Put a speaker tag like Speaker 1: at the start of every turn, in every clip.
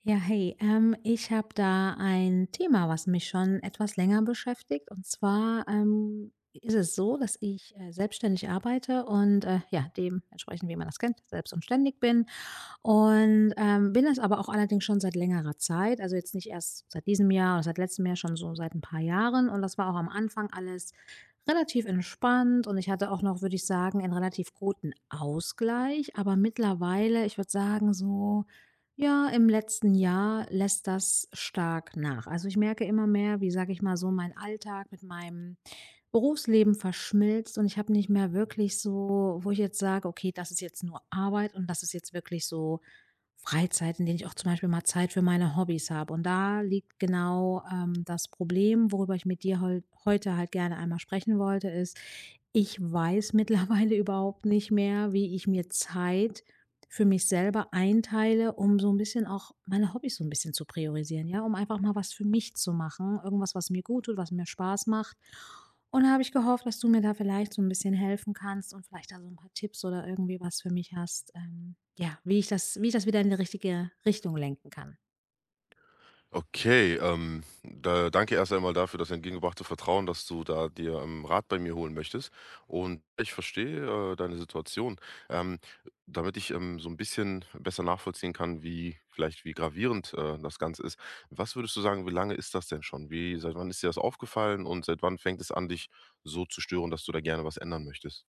Speaker 1: Ja, hey, ich habe da ein Thema, was mich schon etwas länger beschäftigt. Und zwar ist es so, dass ich selbstständig arbeite und ja, dementsprechend, wie man das kennt, selbst und ständig bin und, bin es aber auch allerdings schon seit längerer Zeit, also jetzt nicht erst seit diesem Jahr oder seit letztem Jahr, schon so seit ein paar Jahren. Und das war auch am Anfang alles relativ entspannt und ich hatte auch noch, würde ich sagen, einen relativ guten Ausgleich. Aber mittlerweile, ich würde sagen, so, ja, im letzten Jahr lässt das stark nach. Also, ich merke immer mehr, wie, sage ich mal, so mein Alltag mit meinem Berufsleben verschmilzt und ich habe nicht mehr wirklich so, wo ich jetzt sage: „Okay, das ist jetzt nur Arbeit und das ist jetzt wirklich so Freizeit, in denen ich auch zum Beispiel mal Zeit für meine Hobbys habe.“ Und da liegt genau, das Problem, worüber ich mit dir heute halt gerne einmal sprechen wollte, ist, ich weiß mittlerweile überhaupt nicht mehr, wie ich mir Zeit für mich selber einteile, um so ein bisschen auch meine Hobbys so ein bisschen zu priorisieren, ja, um einfach mal was für mich zu machen, irgendwas, was mir gut tut, was mir Spaß macht. Und habe ich gehofft, dass du mir da vielleicht so ein bisschen helfen kannst und vielleicht da so 'n paar Tipps oder irgendwie was für mich hast, ja, wie ich das wieder in die richtige Richtung lenken kann.
Speaker 2: Okay, da danke erst einmal dafür das entgegengebrachte Vertrauen, dass du da dir, Rat bei mir holen möchtest. Und ich verstehe, deine Situation. Ähm, damit ich, so ein bisschen besser nachvollziehen kann, wie vielleicht wie gravierend, das Ganze ist. Was würdest du sagen, wie lange ist das denn schon? Wie seit wann ist dir das aufgefallen und seit wann fängt es an, dich so zu stören, dass du da gerne was ändern möchtest?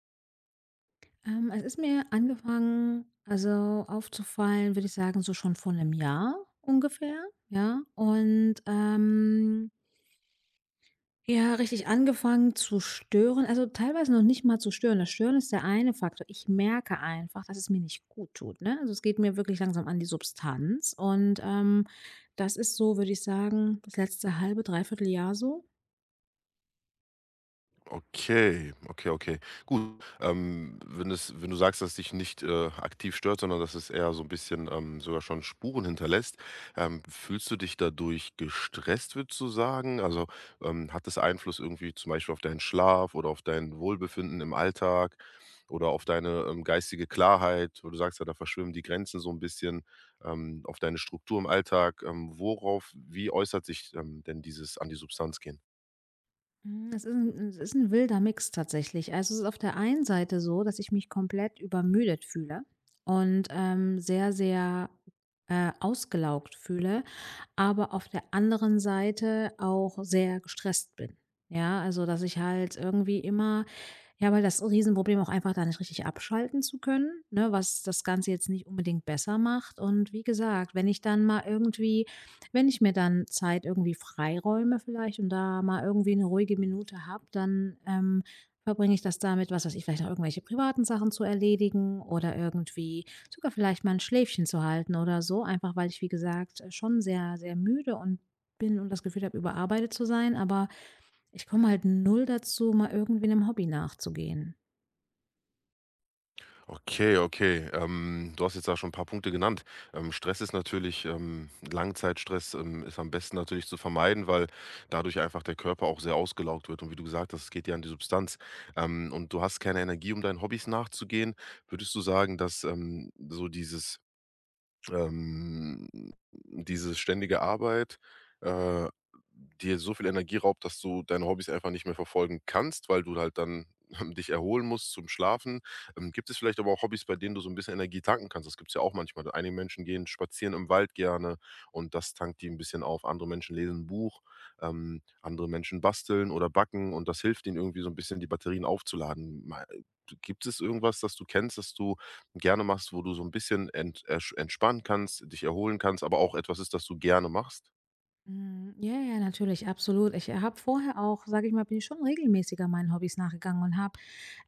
Speaker 1: Es ist mir angefangen also, aufzufallen, würde ich sagen, so schon vor einem Jahr ungefähr, ja? Ja, richtig angefangen zu stören, also teilweise noch nicht mal zu stören. Das Stören ist der eine Faktor. Ich merke einfach, dass es mir nicht gut tut, ne? Also, es geht mir wirklich langsam an die Substanz und, das ist so, würde ich sagen, das letzte halbe, dreiviertel Jahr so.
Speaker 2: Okay, okay, okay. Gut, wenn du sagst, dass es dich nicht, aktiv stört, sondern dass es eher so ein bisschen, sogar schon Spuren hinterlässt, fühlst du dich dadurch gestresst, würdest du sagen? Also, hat das Einfluss irgendwie zum Beispiel auf deinen Schlaf oder auf dein Wohlbefinden im Alltag oder auf deine, geistige Klarheit, wo du sagst ja, da verschwimmen die Grenzen so ein bisschen, auf deine Struktur im Alltag? Worauf wie äußert sich, denn dieses an die Substanz gehen?
Speaker 1: Mhm, das ist 'n es ist ein wilder Mix tatsächlich. Also, es ist auf der einen Seite so, dass ich mich komplett übermüdet fühle und, sehr, sehr, ausgelaugt fühle, aber auf der anderen Seite auch sehr gestresst bin. Ja, also dass ich halt irgendwie immer, ja, weil das Riesenproblem auch einfach da nicht richtig abschalten zu können, ne, was das Ganze jetzt nicht unbedingt besser macht. Und wie gesagt, wenn ich dann mal irgendwie, wenn ich mir dann Zeit irgendwie freiräume vielleicht und da mal irgendwie eine ruhige Minute habe, dann verbringe ich das damit, was weiß ich, vielleicht noch irgendwelche privaten Sachen zu erledigen oder irgendwie sogar vielleicht mal ein Schläfchen zu halten oder so, einfach weil ich, wie gesagt, schon sehr, sehr müde und bin und das Gefühl habe, überarbeitet zu sein. Aber ich komme halt null dazu, mal irgendwie einem Hobby nachzugehen.
Speaker 2: Okay, okay. Du hast jetzt da schon ein paar Punkte genannt. Stress ist natürlich Langzeitstress, ist am besten natürlich zu vermeiden, weil dadurch einfach der Körper auch sehr ausgelaugt wird und wie du gesagt hast, es geht ja an die Substanz. Und du hast keine Energie, um deinen Hobbys nachzugehen. Würdest du sagen, dass, ähm, diese ständige Arbeit, äh, dir so viel Energie raubt, dass du deine Hobbys einfach nicht mehr verfolgen kannst, weil du halt dann dich erholen musst zum Schlafen. Gibt es vielleicht aber auch Hobbys, bei denen du so ein bisschen Energie tanken kannst? Das gibt es ja auch manchmal. Einige Menschen gehen spazieren im Wald gerne und das tankt die ein bisschen auf. Andere Menschen lesen ein Buch, andere Menschen basteln oder backen und das hilft ihnen irgendwie so ein bisschen die Batterien aufzuladen. Mei gibt es irgendwas, das du kennst, dass du gerne machst, wo du so ein bisschen entspannen kannst, dich erholen kannst, aber auch etwas ist, das du gerne machst?
Speaker 1: Mhm. Ja, ja, natürlich, absolut. Ich habe vorher auch, sage ich mal, bin ich schon regelmäßiger meinen Hobbys nachgegangen und habe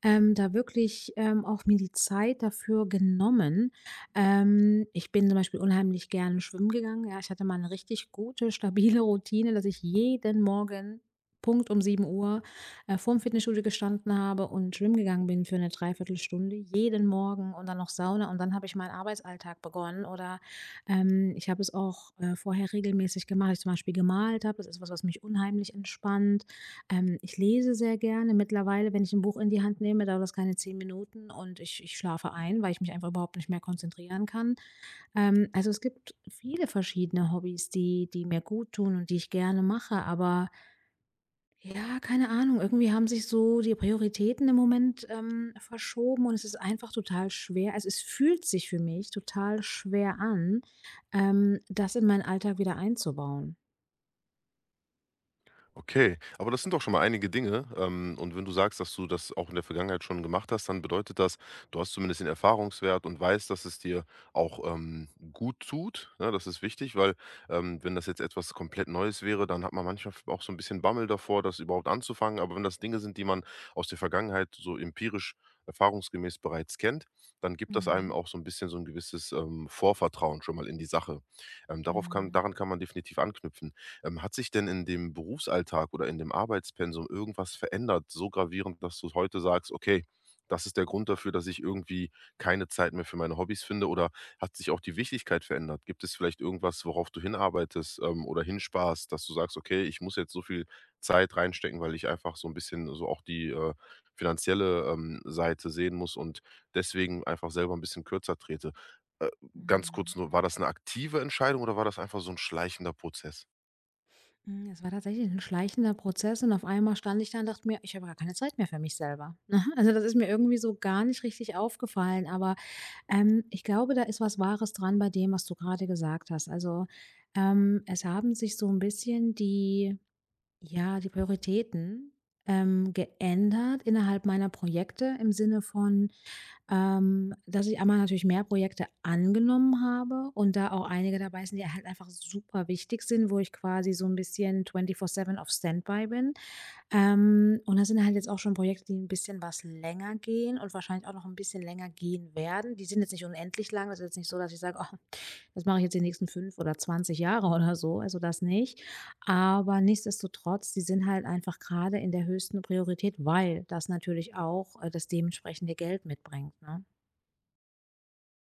Speaker 1: da wirklich, auch mir die Zeit dafür genommen. Ich bin zum Beispiel unheimlich gerne schwimmen gegangen. Ja, ich hatte mal eine richtig gute, stabile Routine, dass ich jeden Morgen Punkt um 7 Uhr vorm Fitnessstudio gestanden habe und schwimmen gegangen bin für eine 3 Stunde, jeden Morgen und dann noch Sauna und dann habe ich meinen Arbeitsalltag begonnen, oder, ich habe es auch, vorher regelmäßig gemacht, dass ich zum Beispiel gemalt habe. Das ist was, was mich unheimlich entspannt. Ich lese sehr gerne, mittlerweile, wenn ich ein Buch in die Hand nehme, dauert das keine 10 Minuten und ich schlafe ein, weil ich mich einfach überhaupt nicht mehr konzentrieren kann. Also, es gibt viele verschiedene Hobbys, die mir gut tun und die ich gerne mache, aber ja, keine Ahnung, irgendwie haben sich so die Prioritäten im Moment, verschoben und es ist einfach total schwer, also, es fühlt sich für mich total schwer an, das in meinen Alltag wieder einzubauen.
Speaker 2: Okay, aber das sind doch schon mal einige Dinge. Und wenn du sagst, dass du das auch in der Vergangenheit schon gemacht hast, dann bedeutet das, du hast zumindest den Erfahrungswert und weißt, dass es dir auch gut tut. Ne? Das ist wichtig, weil wenn das jetzt etwas komplett Neues wäre, dann hat man manchmal auch so ein bisschen Bammel davor, das überhaupt anzufangen. Aber wenn das Dinge sind, die man aus der Vergangenheit so empirisch erfahrungsgemäß bereits kennt, dann gibt das einem
Speaker 1: Mhm.
Speaker 2: auch so ein bisschen so ein gewisses Vorvertrauen schon mal in die Sache.
Speaker 1: Mhm.
Speaker 2: Daran kann man definitiv anknüpfen. Hat sich denn in dem Berufsalltag oder in dem Arbeitspensum irgendwas verändert, so gravierend, dass du heute sagst: „Okay, das ist der Grund dafür, dass ich irgendwie keine Zeit mehr für meine Hobbys finde“, oder hat sich auch die Wichtigkeit verändert? Gibt es vielleicht irgendwas, worauf du hinarbeitest, oder hinsparst, dass du sagst: „Okay, ich muss jetzt so viel Zeit reinstecken, weil ich einfach so ein bisschen so auch die, finanzielle, Seite sehen muss und deswegen einfach selber ein bisschen kürzer trete.“ Äh, ganz kurz
Speaker 1: Mhm.
Speaker 2: nur, war das eine aktive Entscheidung oder war das einfach so ein schleichender Prozess?
Speaker 1: Es war tatsächlich ein schleichender Prozess und auf einmal stand ich da und dachte mir: „Ich habe gar keine Zeit mehr für mich selber“, ne? Also, das ist mir irgendwie so gar nicht richtig aufgefallen, aber, ich glaube, da ist was Wahres dran bei dem, was du gerade gesagt hast. Also, es haben sich so ein bisschen die, ja, die Prioritäten, geändert innerhalb meiner Projekte im Sinne von, dass ich einmal natürlich mehr Projekte angenommen habe und da auch einige dabei sind, die halt einfach super wichtig sind, wo ich quasi so ein bisschen 24/7 auf Standby bin. Und das sind halt jetzt auch schon Projekte, die ein bisschen was länger gehen und wahrscheinlich auch noch ein bisschen länger gehen werden. Die sind jetzt nicht unendlich lang. Das ist jetzt nicht so, dass ich sage: „Oh, das mache ich jetzt die nächsten 5 oder 20 Jahre oder so.“ Also, das nicht. Aber nichtsdestotrotz, die sind halt einfach gerade in der höchsten Priorität, weil das natürlich auch, das dementsprechende Geld mitbringt, ne?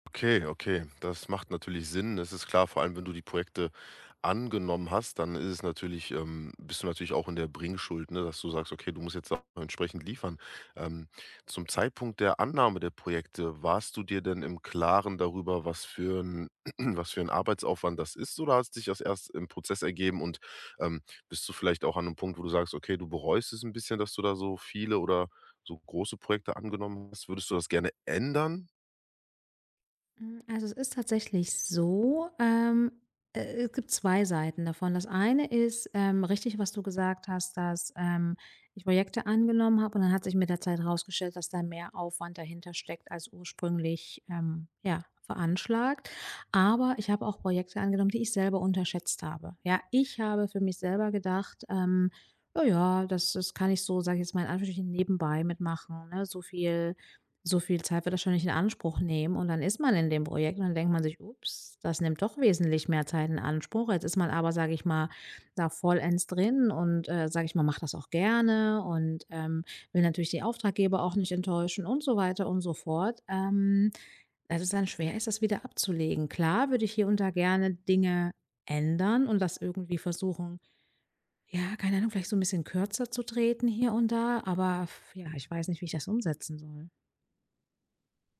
Speaker 2: Okay, okay, das macht natürlich Sinn. Es ist klar, vor allem wenn du die Projekte angenommen hast, dann ist es natürlich, bist du natürlich auch in der Bringschuld, ne, dass du sagst, okay, du musst jetzt auch entsprechend liefern. Ähm, zum Zeitpunkt der Annahme der Projekte, warst du dir denn im Klaren darüber, was für ein, was für ein Arbeitsaufwand das ist, oder hast dich das erst im Prozess ergeben und ähm, bist du vielleicht auch an einem Punkt, wo du sagst, okay, du bereust es ein bisschen, dass du da so viele oder so große Projekte angenommen hast? Würdest du das gerne ändern?
Speaker 1: Also, es ist tatsächlich so, es gibt 2 Seiten davon. Das eine ist, richtig, was du gesagt hast, dass, ich Projekte angenommen habe und dann hat sich mit der Zeit herausgestellt, dass da mehr Aufwand dahinter steckt als ursprünglich, ja, veranschlagt. Aber ich habe auch Projekte angenommen, die ich selber unterschätzt habe. Ja, ich habe für mich selber gedacht: „Ja, ja, das kann ich so, sage ich jetzt mal in Anführungsstrichen, nebenbei mitmachen, ne? So viel Zeit wird das schon nicht in Anspruch nehmen“, und dann ist man in dem Projekt und dann denkt man sich: „Ups, das nimmt doch wesentlich mehr Zeit in Anspruch.“ Jetzt ist man aber, sage ich mal, da vollends drin und, sage ich mal, macht das auch gerne und, will natürlich die Auftraggeber auch nicht enttäuschen und so weiter und so fort, dass es dann schwer ist, das wieder abzulegen. Klar würde ich hier und da gerne Dinge ändern und das irgendwie versuchen, ja, keine Ahnung, vielleicht so ein bisschen kürzer zu treten hier und da, aber ja, ich weiß nicht, wie ich das umsetzen soll.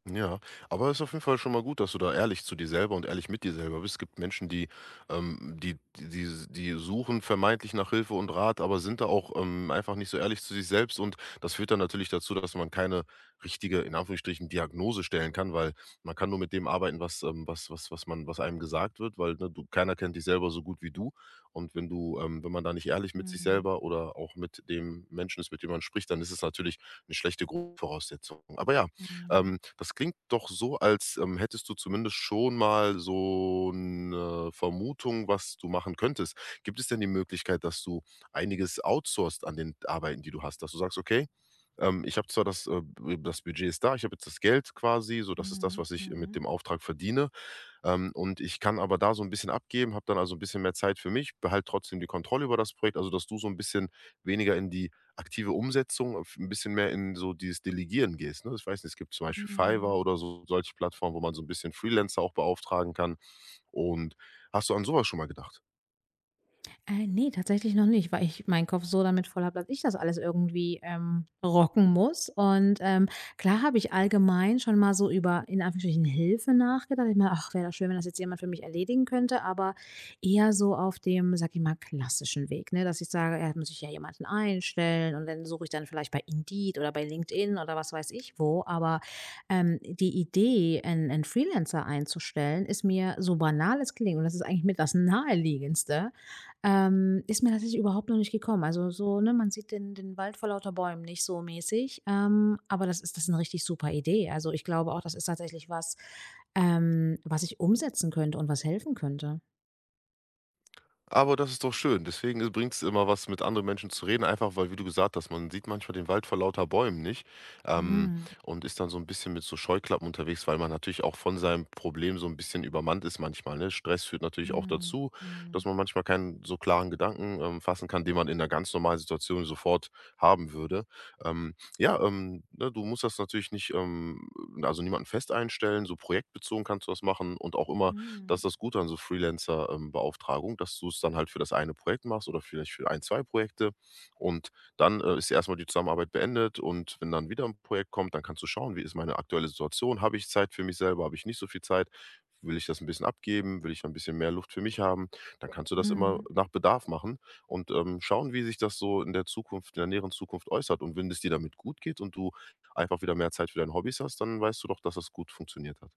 Speaker 2: Ja, aber es ist auf jeden Fall schon mal gut, dass du da ehrlich zu dir selber und ehrlich mit dir selber bist. Es gibt Menschen, die die suchen vermeintlich nach Hilfe und Rat, aber sind da auch einfach nicht so ehrlich zu sich selbst. Und das führt dann natürlich dazu, dass man keine richtige, in Anführungsstrichen, Diagnose stellen kann, weil man kann nur mit dem arbeiten, was man, was einem gesagt wird, weil ne, du, keiner kennt dich selber so gut wie du. Und wenn du, wenn man da nicht ehrlich mit sich
Speaker 1: Mhm.
Speaker 2: selber oder auch mit dem Menschen ist, mit dem man spricht, dann ist es natürlich eine schlechte Grundvoraussetzung. Aber ja,
Speaker 1: Mhm.
Speaker 2: das klingt doch so, als, hättest du zumindest schon mal so eine Vermutung, was du machen könntest. Gibt es denn die Möglichkeit, dass du einiges outsourcest an den Arbeiten, die du hast, dass du sagst: „Okay, ich habe zwar das, b das Budget ist da, ich habe jetzt das Geld quasi, so das ist das,
Speaker 1: Mhm.
Speaker 2: was ich mit
Speaker 1: Mhm.
Speaker 2: dem Auftrag verdiene. Und ich kann aber da so ein bisschen abgeben, habe dann also ein bisschen mehr Zeit für mich, behalte trotzdem die Kontrolle über das Projekt, also dass du so ein bisschen weniger in die aktive Umsetzung, auf 'n bisschen mehr in so dieses Delegieren gehst, ne? Ich weiß nicht, es gibt zum Beispiel Fiverr
Speaker 1: Mhm.
Speaker 2: oder so solche Plattformen, wo man so ein bisschen Freelancer auch beauftragen kann. Und hast du an sowas schon mal gedacht?
Speaker 1: Ne, tatsächlich noch nicht, weil ich meinen Kopf so damit voll habe, dass ich das alles irgendwie, rocken muss. Und, klar habe ich allgemein schon mal so über, in Anführungsstrichen, Hilfe nachgedacht. Ich meine: „Ach, wäre das schön, wenn das jetzt jemand für mich erledigen könnte“, aber eher so auf dem, sag ich mal, klassischen Weg, ne, dass ich sage: „Ja, muss ich ja jemanden einstellen und dann suche ich dann vielleicht bei Indeed oder bei LinkedIn oder was weiß ich wo.“ Aber, die Idee, einen 'n Freelancer einzustellen, ist mir, so banal es klingt und das ist eigentlich mit das Naheliegendste, ist mir tatsächlich überhaupt noch nicht gekommen. Also so, ne, man sieht den Wald vor lauter Bäumen nicht so mäßig. Aber das ist 'ne richtig super Idee. Also, ich glaube auch, das ist tatsächlich was, was ich umsetzen könnte und was helfen könnte.
Speaker 2: Aber das ist doch schön. Deswegen bringt es immer was, mit anderen Menschen zu reden, einfach weil, wie du gesagt hast, man sieht manchmal den Wald vor lauter Bäumen nicht, ähm,
Speaker 1: Mhm.
Speaker 2: und ist dann so ein bisschen mit so Scheuklappen unterwegs, weil man natürlich auch von seinem Problem so ein bisschen übermannt ist manchmal, ne? Stress führt natürlich auch
Speaker 1: Mhm.
Speaker 2: dazu, dass
Speaker 1: Mhm.
Speaker 2: man manchmal keinen so klaren Gedanken, fassen kann, den man in einer ganz normalen Situation sofort haben würde. Ja, ne, du musst das natürlich nicht, also, niemanden fest einstellen, so projektbezogen kannst du das machen und auch immer das ist
Speaker 1: Mhm.
Speaker 2: das Gute an so Freelancer, Beauftragung, dass du's dann halt für das eine Projekt machst oder vielleicht für ein 2 Projekte und dann, ist erstmal die Zusammenarbeit beendet und wenn dann wieder ein Projekt kommt, dann kannst du schauen: „Wie ist meine aktuelle Situation? Habe ich Zeit für mich selber? Habe ich nicht so viel Zeit? Will ich das ein bisschen abgeben? Will ich ein bisschen mehr Luft für mich haben?“ Dann kannst du das immer
Speaker 1: Mhm.
Speaker 2: nach Bedarf machen und, schauen, wie sich das so in der Zukunft in der näheren Zukunft äußert und wenn es dir damit gut geht und du einfach wieder mehr Zeit für deine Hobbys hast, dann weißt du doch, dass das gut funktioniert hat.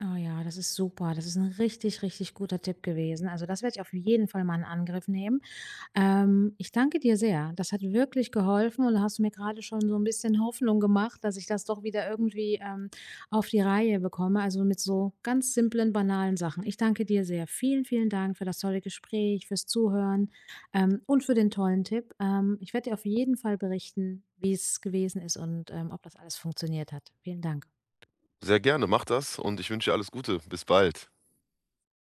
Speaker 1: Oh ja, das ist super. Das ist ein richtig, richtig guter Tipp gewesen. Also, das werde ich auf jeden Fall mal in Angriff nehmen. Ich danke dir sehr. Das hat wirklich geholfen und da hast du mir gerade schon so ein bisschen Hoffnung gemacht, dass ich das doch wieder irgendwie, auf die Reihe bekomme, also mit so ganz simplen, banalen Sachen. Ich danke dir sehr. Vielen, vielen Dank für das tolle Gespräch, fürs Zuhören, und für den tollen Tipp. Ich werde dir auf jeden Fall berichten, wie es gewesen ist und, ob das alles funktioniert hat. Vielen Dank.
Speaker 2: Sehr gerne, mach das und ich wünsche dir alles Gute. Bis bald.